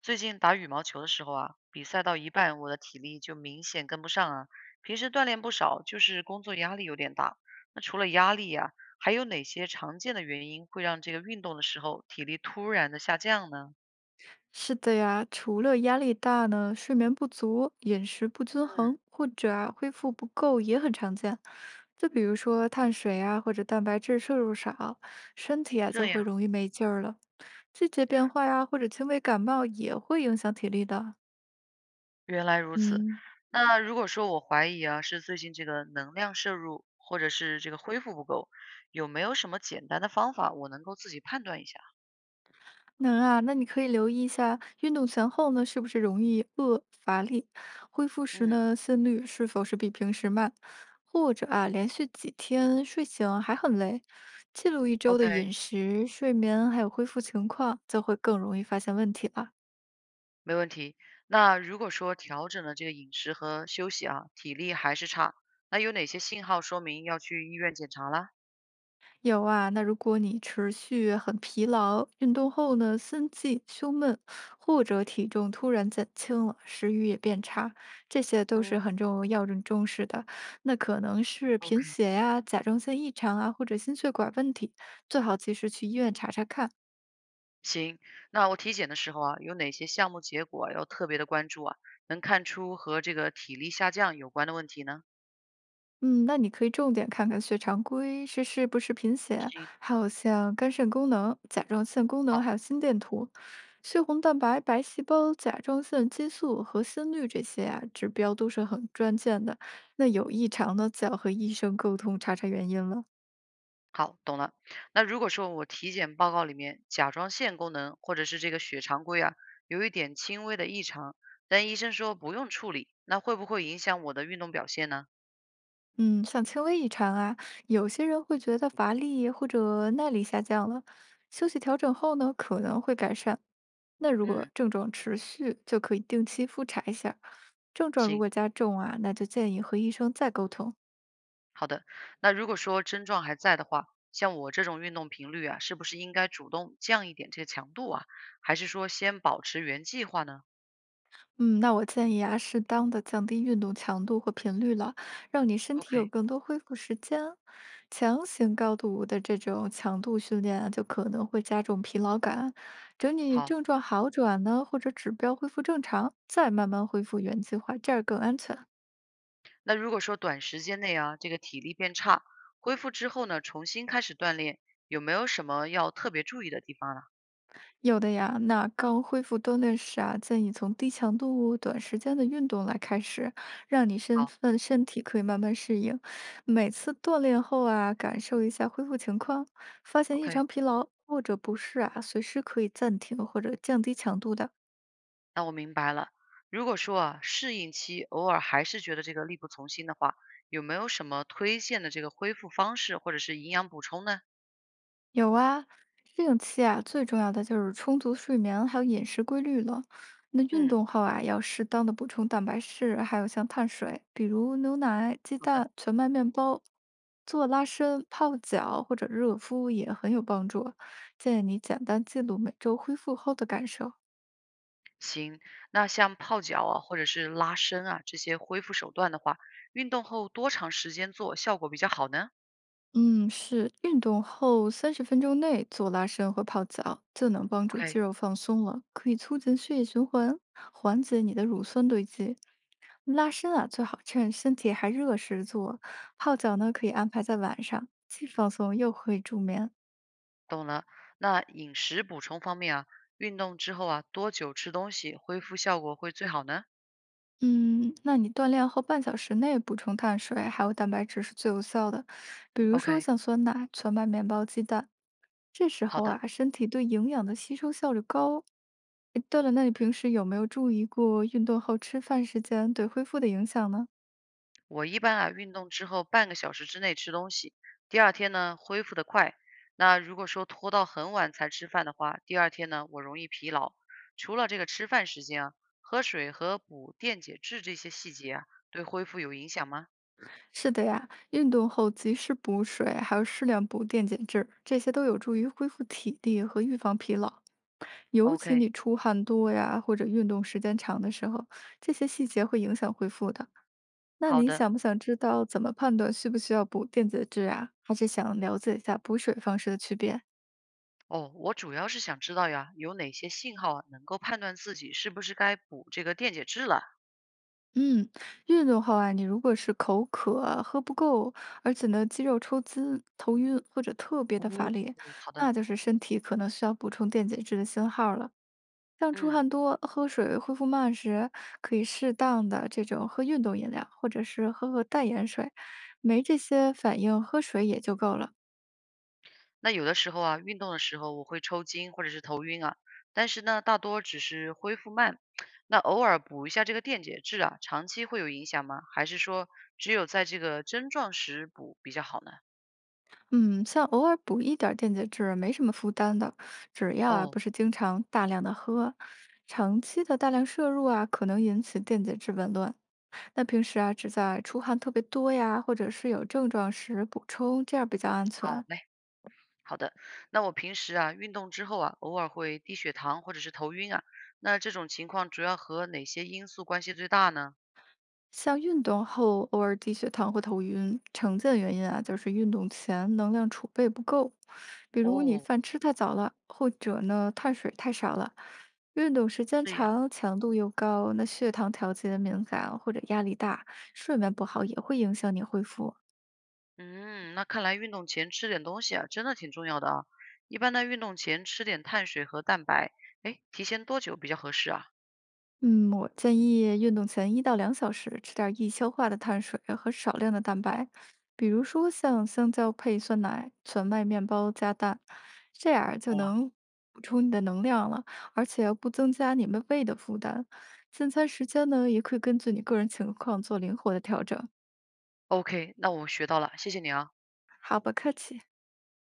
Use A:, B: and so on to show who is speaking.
A: 最近打羽毛球的时候啊，比赛到一半，我的体力就明显跟不上啊。平时锻炼不少，就是工作压力有点大。那除了压力呀、还有哪些常见的原因会让这个运动的时候体力突然的下降呢？
B: 是的呀，除了压力大呢，睡眠不足、饮食不均
A: 嗯，
B: 衡或者啊恢复不够也很常见。就比如说碳水啊或者蛋白质摄入少，身体啊
A: 这
B: 就会
A: 样，
B: 容易没劲儿了。季节变化呀、或者轻微感冒也会影响体力的。
A: 原来如此。
B: 嗯，
A: 那如果说我怀疑啊，是最近这个能量摄入或者是这个恢复不够，有没有什么简单的方法我能够自己判断一下？
B: 能啊，那你可以留意一下运动前后呢，是不是容易饿、乏力，恢复时
A: 嗯
B: 呢，心率是否是比平时慢，或者啊，连续几天睡醒还很累，记录一周的
A: ，OK。
B: 饮食、睡眠还有恢复情况，就会更容易发现问题了。
A: 没问题。那如果说调整了这个饮食和休息啊，体力还是差，那有哪些信号说明要去医院检查啦？
B: 有啊，那如果你持续很疲劳，运动后呢，心悸、胸闷，或者体重突然减轻了，食欲也变差，这些都
A: 嗯，
B: 是很重要人重视的。那可能是贫
A: ？OK，
B: 血呀、甲状腺异常啊，或者心血管问题，最好及时去医院查查看。
A: 行。那我体检的时候啊，有哪些项目结果要特别的关注啊？能看出和这个体力下降有关的问题呢？
B: 嗯，那你可以重点看看血常规是不是贫血，
A: 行，
B: 还有像肝肾功能、甲状腺功能，
A: 好，
B: 还有心电图。血红蛋白、白细胞、甲状腺激素和心率这些啊指标都是很关键的。那有异常呢，就要和医生沟通，查查原因了。
A: 好，懂了。那如果说我体检报告里面甲状腺功能或者是这个血常规啊，有一点轻微的异常，但医生说不用处理，那会不会影响我的运动表现呢？
B: 嗯，像轻微异常啊，有些人会觉得乏力或者耐力下降了，休息调整后呢，可能会改善。那如果
A: 嗯，
B: 症状持续，就可以定期复查一下。症状如
A: 行。
B: 果加重啊，那就建议和医生再沟通。
A: 好的，那如果说症状还在的话，像我这种运动频率啊，是不是应该主动降一点这个强度啊？还是说先保持原计划呢
B: 嗯，那我建议啊，适当的降低运动强度和频率了，让你身体有
A: ？OK，
B: 更多恢复时间。强行高度的这种强度训练啊，就可能会加重疲劳感。等你
A: 好，
B: 症状好转呢，或者指标恢复正常，再慢慢恢复原计划，这样更安全。
A: 那如果说短时间内啊，这个体力变差，恢复之后呢，重新开始锻炼，有没有什么要特别注意的地方呢？
B: 有的呀，那刚恢复锻炼时啊，建议从低强度、短时间的运动来开始，让你
A: 好
B: 身体可以慢慢适应。每次锻炼后啊，感受一下恢复情况，发现异
A: ，OK，
B: 常疲劳或者不适啊，随时可以暂停或者降低强度的。
A: 那我明白了。如果说啊，适应期偶尔还是觉得这个力不从心的话，有没有什么推荐的这个恢复方式或者是营养补充呢？
B: 有啊，适应期啊，最重要的就是充足睡眠，还有饮食规律了。那运
A: 嗯，
B: 动后啊，要适当的补充蛋白质，还有像碳水，比如牛奶、鸡
A: 好的。
B: 蛋、全麦面包。做拉伸、泡脚或者热敷也很有帮助。建议你简单记录每周恢复后的感受。
A: 行，那像泡脚啊，或者是拉伸啊，这些恢复手段的话，运动后多长时间做效果比较好呢
B: 嗯，是运动后30分钟内做拉伸或泡脚，就能帮助肌
A: ？OK，
B: 肉放松了，可以促进血液循环，缓解你的乳酸堆积。拉伸啊，最好趁身体还热时做。泡脚呢，可以安排在晚上，既放松又可以助眠。
A: 懂了。那饮食补充方面啊，运动之后啊，多久吃东西恢复效果会最好呢
B: 嗯，那你锻炼后半小时内补充碳水还有蛋白质是最有效的，比如说
A: ？OK，
B: 像酸奶、全麦面包、鸡蛋。这时
A: 好
B: 候
A: 的。
B: 啊，身体对营养的吸收效率高。诶对了，那你平时有没有注意过运动后吃饭时间对恢复的影响呢？
A: 我一般啊，运动之后半个小时之内吃东西，第二天呢恢复得快。那如果说拖到很晚才吃饭的话，第二天呢我容易疲劳。除了这个吃饭时间啊，喝水和补电解质这些细节啊，对恢复有影响吗
B: 是的呀，运动后及时补水，还有适量补电解质，这些都有助于恢复体力和预防疲劳。尤其
A: ？OK，
B: 你出汗多呀，或者运动时间长的时候，这些细节会影响恢复的。那
A: 好
B: 你
A: 的。
B: 想不想知道怎么判断需不需要补电解质啊？还是想了解一下补水方式的区别？
A: 哦，我主要是想知道呀，有哪些信号啊能够判断自己是不是该补这个电解质了？
B: 嗯，运动后啊，你如果是口渴、喝不够，而且呢肌肉抽筋、头晕或者特别
A: 哦，
B: 的乏力，
A: 好
B: 那
A: 的，
B: 就是身体可能需要补充电解质的信号了。像出
A: 嗯。
B: 汗多、喝水恢复慢时，可以适当的这种喝运动饮料，或者是喝喝淡盐水，没这些反应，喝水也就够了。
A: 那有的时候啊，运动的时候我会抽筋或者是头晕啊，但是呢，大多只是恢复慢。那偶尔补一下这个电解质啊，长期会有影响吗？还是说只有在这个症状时补比较好呢？
B: 嗯，像偶尔补一点儿电解质，没什么负担的，只要啊
A: 哦，
B: 不是经常大量的喝，长期的大量摄入啊，可能引起电解质紊乱。那平时啊，只在出汗特别多呀，或者是有症状时补充，这样比较安
A: 好
B: 全。
A: 嘞，好的。那我平时啊，运动之后啊，偶尔会低血糖或者是头晕啊，那这种情况主要和哪些因素关系最大呢？
B: 像运动后偶尔低血糖或头晕，常见原因啊就是运动前能量储备不够，比如你
A: 哦，
B: 饭吃太早了，或者呢碳水太少了。运动时间
A: 这样。
B: 长，强度又高，那血糖调节敏感或者压力大，睡眠不好也会影响你恢复。
A: 嗯，那看来运动前吃点东西啊，真的挺重要的啊。一般在运动前吃点碳水和蛋白，哎，提前多久比较合适啊？
B: 嗯，我建议运动前1到2小时吃点易消化的碳水和少量的蛋白，比如说像香蕉配酸奶、全麦面包加蛋，这样儿就
A: 懂了
B: 能补充你的能量了，而且不增加你们胃的负担。进餐时间呢，也可以根据你个人情况做灵活的调整。
A: ，OK，那我学到了，谢谢你啊。
B: 好，不客气。